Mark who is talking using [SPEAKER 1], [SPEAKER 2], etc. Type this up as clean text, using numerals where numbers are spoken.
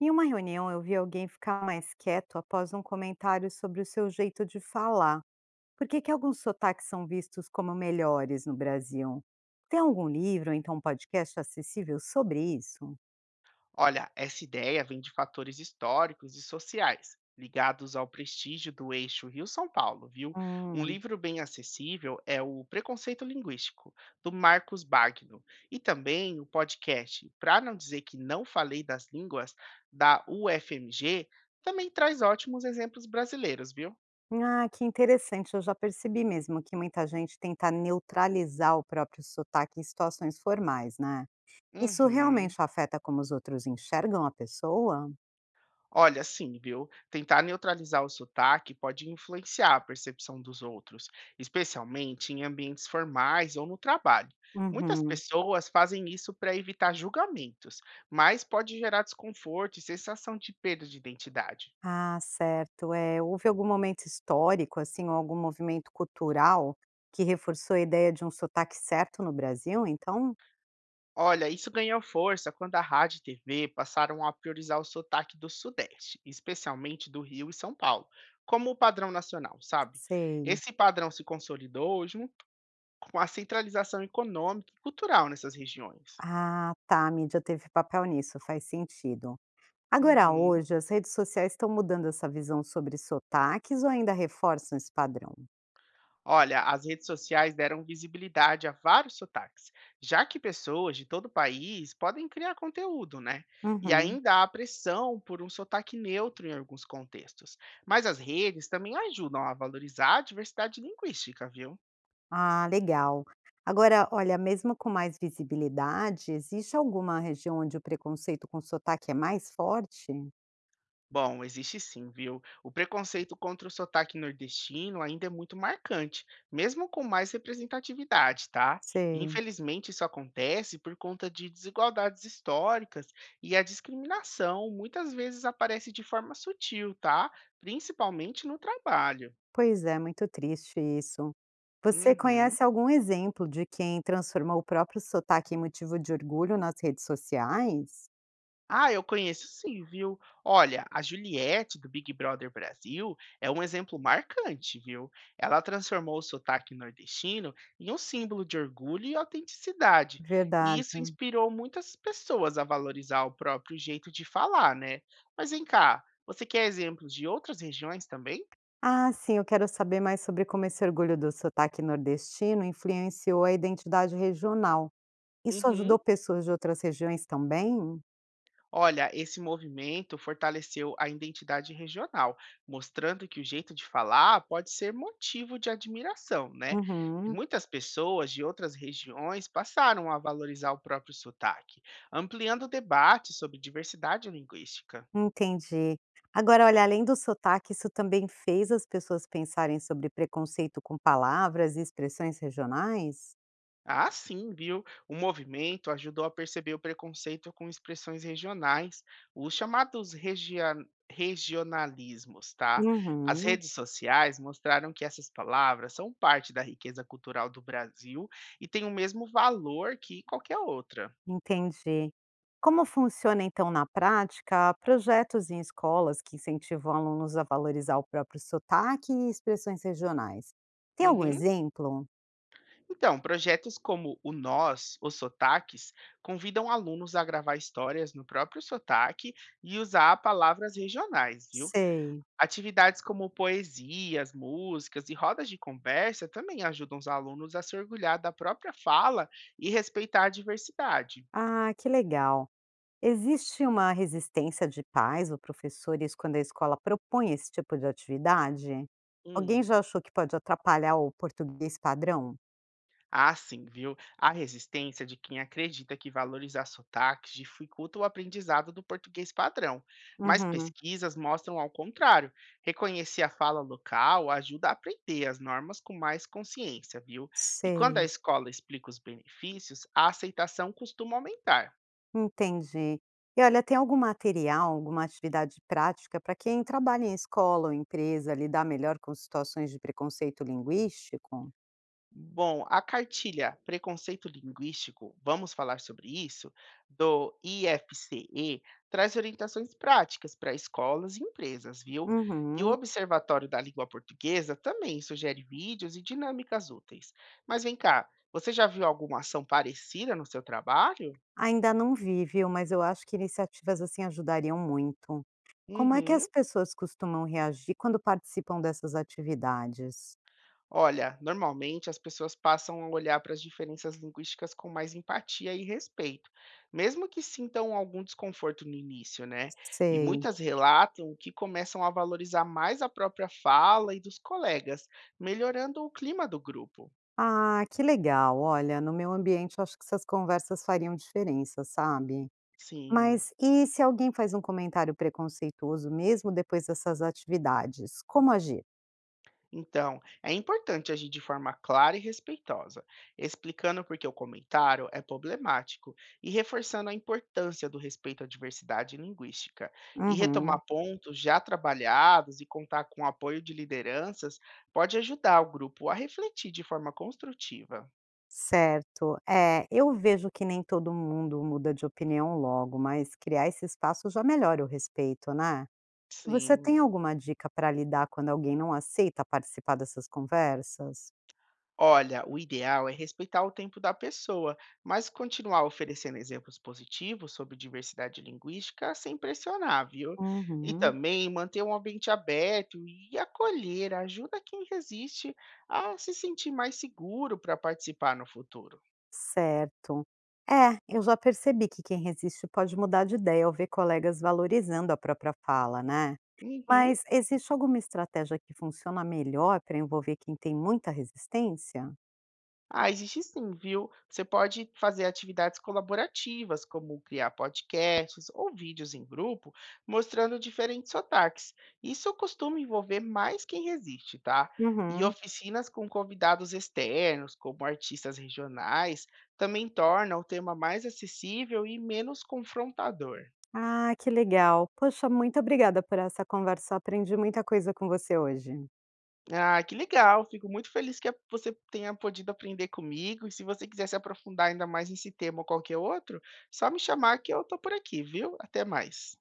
[SPEAKER 1] Em uma reunião, eu vi alguém ficar mais quieto após um comentário sobre o seu jeito de falar. Por que, que alguns sotaques são vistos como melhores no Brasil? Tem algum livro ou então um podcast acessível sobre isso?
[SPEAKER 2] Olha, essa ideia vem de fatores históricos e sociais, ligados ao prestígio do eixo Rio-São Paulo, viu? Um
[SPEAKER 1] Hum.
[SPEAKER 2] livro bem acessível é o Preconceito Linguístico, do Marcos Bagno, e também o podcast pra Não Dizer Que Não Falei das Línguas, da UFMG, também traz ótimos exemplos brasileiros, viu?
[SPEAKER 1] Ah, que interessante. Eu já percebi mesmo que muita gente tenta neutralizar o próprio sotaque em situações formais, né? Isso
[SPEAKER 2] Uhum.
[SPEAKER 1] realmente afeta como os outros enxergam a pessoa?
[SPEAKER 2] Olha, sim, viu? Tentar neutralizar o sotaque pode influenciar a percepção dos outros, especialmente em ambientes formais ou no trabalho. Muitas
[SPEAKER 1] Uhum.
[SPEAKER 2] pessoas fazem isso para evitar julgamentos, mas pode gerar desconforto e sensação de perda de identidade.
[SPEAKER 1] Ah, certo. É, houve algum momento histórico, assim, ou algum movimento cultural que reforçou a ideia de um sotaque certo no Brasil, então?
[SPEAKER 2] Olha, isso ganhou força quando a rádio e TV passaram a priorizar o sotaque do Sudeste, especialmente do Rio e São Paulo, como o padrão nacional, sabe?
[SPEAKER 1] Sei.
[SPEAKER 2] Esse padrão se consolidou com a centralização econômica e cultural nessas regiões.
[SPEAKER 1] Ah, tá, a mídia teve papel nisso, faz sentido. Agora,
[SPEAKER 2] Uhum.
[SPEAKER 1] hoje, as redes sociais estão mudando essa visão sobre sotaques ou ainda reforçam esse padrão?
[SPEAKER 2] Olha, as redes sociais deram visibilidade a vários sotaques, já que pessoas de todo o país podem criar conteúdo, né? E
[SPEAKER 1] Uhum.
[SPEAKER 2] ainda há pressão por um sotaque neutro em alguns contextos. Mas as redes também ajudam a valorizar a diversidade linguística, viu?
[SPEAKER 1] Ah, legal. Agora, olha, mesmo com mais visibilidade, existe alguma região onde o preconceito com sotaque é mais forte?
[SPEAKER 2] Bom, existe sim, viu? O preconceito contra o sotaque nordestino ainda é muito marcante, mesmo com mais representatividade, tá?
[SPEAKER 1] Sei.
[SPEAKER 2] Infelizmente, isso acontece por conta de desigualdades históricas e a discriminação muitas vezes aparece de forma sutil, tá? Principalmente no trabalho.
[SPEAKER 1] Pois é, muito triste isso. Você
[SPEAKER 2] Uhum.
[SPEAKER 1] conhece algum exemplo de quem transformou o próprio sotaque em motivo de orgulho nas redes sociais?
[SPEAKER 2] Ah, eu conheço sim, viu? Olha, a Juliette do Big Brother Brasil é um exemplo marcante, viu? Ela transformou o sotaque nordestino em um símbolo de orgulho e autenticidade. E isso
[SPEAKER 1] Verdade.
[SPEAKER 2] inspirou muitas pessoas a valorizar o próprio jeito de falar, né? Mas vem cá, você quer exemplos de outras regiões também?
[SPEAKER 1] Ah, sim, eu quero saber mais sobre como esse orgulho do sotaque nordestino influenciou a identidade regional. Isso
[SPEAKER 2] Uhum.
[SPEAKER 1] ajudou pessoas de outras regiões também?
[SPEAKER 2] Olha, esse movimento fortaleceu a identidade regional, mostrando que o jeito de falar pode ser motivo de admiração, né? E
[SPEAKER 1] Uhum,
[SPEAKER 2] muitas pessoas de outras regiões passaram a valorizar o próprio sotaque, ampliando o debate sobre diversidade linguística.
[SPEAKER 1] entendi. Agora, olha, além do sotaque, isso também fez as pessoas pensarem sobre preconceito com palavras e expressões regionais?
[SPEAKER 2] Ah, sim, viu? O movimento ajudou a perceber o preconceito com expressões regionais, os chamados regionalismos, tá? As
[SPEAKER 1] Uhum.
[SPEAKER 2] redes sociais mostraram que essas palavras são parte da riqueza cultural do Brasil e têm o mesmo valor que qualquer outra.
[SPEAKER 1] Entendi. Como funciona então na prática projetos em escolas que incentivam alunos a valorizar o próprio sotaque e expressões regionais? Tem algum
[SPEAKER 2] Uhum.
[SPEAKER 1] exemplo?
[SPEAKER 2] Então, projetos como o Nós, os Sotaques, convidam alunos a gravar histórias no próprio sotaque e usar palavras regionais, viu?
[SPEAKER 1] Sei.
[SPEAKER 2] Atividades como poesias, músicas e rodas de conversa também ajudam os alunos a se orgulhar da própria fala e respeitar a diversidade.
[SPEAKER 1] Ah, que legal. Existe uma resistência de pais ou professores quando a escola propõe esse tipo de atividade? Alguém
[SPEAKER 2] Hum.
[SPEAKER 1] já achou que pode atrapalhar o português padrão?
[SPEAKER 2] Ah, sim, viu? A resistência de quem acredita que valorizar sotaques dificulta o aprendizado do português padrão, mas
[SPEAKER 1] Uhum.
[SPEAKER 2] pesquisas mostram ao contrário. Reconhecer a fala local ajuda a aprender as normas com mais consciência, viu? E quando a
[SPEAKER 1] Sei.
[SPEAKER 2] escola explica os benefícios, a aceitação costuma aumentar.
[SPEAKER 1] Entendi. E olha, tem algum material, alguma atividade prática para quem trabalha em escola ou empresa lidar melhor com situações de preconceito linguístico?
[SPEAKER 2] Bom, a cartilha Preconceito Linguístico, vamos falar sobre isso, do IFCE, traz orientações práticas para escolas e empresas, viu? E o
[SPEAKER 1] Uhum.
[SPEAKER 2] Observatório da Língua Portuguesa também sugere vídeos e dinâmicas úteis. Mas vem cá, você já viu alguma ação parecida no seu trabalho?
[SPEAKER 1] Ainda não vi, viu? Mas eu acho que iniciativas assim ajudariam muito. Como é que
[SPEAKER 2] Uhum.
[SPEAKER 1] as pessoas costumam reagir quando participam dessas atividades?
[SPEAKER 2] Olha, normalmente as pessoas passam a olhar para as diferenças linguísticas com mais empatia e respeito, mesmo que sintam algum desconforto no início, né? E
[SPEAKER 1] Sei.
[SPEAKER 2] muitas relatam que começam a valorizar mais a própria fala e dos colegas, melhorando o clima do grupo.
[SPEAKER 1] Ah, que legal. Olha, no meu ambiente eu acho que essas conversas fariam diferença, sabe?
[SPEAKER 2] Sim.
[SPEAKER 1] Mas e se alguém faz um comentário preconceituoso mesmo depois dessas atividades, como agir?
[SPEAKER 2] Então, é importante agir de forma clara e respeitosa, explicando por que o comentário é problemático e reforçando a importância do respeito à diversidade linguística. E
[SPEAKER 1] Uhum,
[SPEAKER 2] retomar pontos já trabalhados e contar com o apoio de lideranças pode ajudar o grupo a refletir de forma construtiva.
[SPEAKER 1] certo. É, eu vejo que nem todo mundo muda de opinião logo, mas criar esse espaço já melhora o respeito, né? Você tem
[SPEAKER 2] Sim.
[SPEAKER 1] alguma dica para lidar quando alguém não aceita participar dessas conversas?
[SPEAKER 2] Olha, o ideal é respeitar o tempo da pessoa, mas continuar oferecendo exemplos positivos sobre diversidade linguística sem pressionar, viu? E
[SPEAKER 1] Uhum,
[SPEAKER 2] também manter um ambiente aberto e acolher ajuda quem resiste a se sentir mais seguro para participar no futuro.
[SPEAKER 1] certo. É, eu já percebi que quem resiste pode mudar de ideia ao ver colegas valorizando a própria fala, né?
[SPEAKER 2] Uhum.
[SPEAKER 1] Mas existe alguma estratégia que funciona melhor para envolver quem tem muita resistência?
[SPEAKER 2] Ah, existe sim, viu? Você pode fazer atividades colaborativas, como criar podcasts ou vídeos em grupo, mostrando diferentes sotaques. Isso costuma envolver mais quem resiste, tá? E
[SPEAKER 1] Uhum.
[SPEAKER 2] oficinas com convidados externos, como artistas regionais, também torna o tema mais acessível e menos confrontador.
[SPEAKER 1] Ah, que legal. Poxa, muito obrigada por essa conversa. Aprendi muita coisa com você hoje.
[SPEAKER 2] Ah, que legal. Fico muito feliz que a você tenha podido aprender comigo. E se você quiser se aprofundar ainda mais nesse tema ou qualquer outro, só me chamar que eu estou por aqui, viu? Até mais.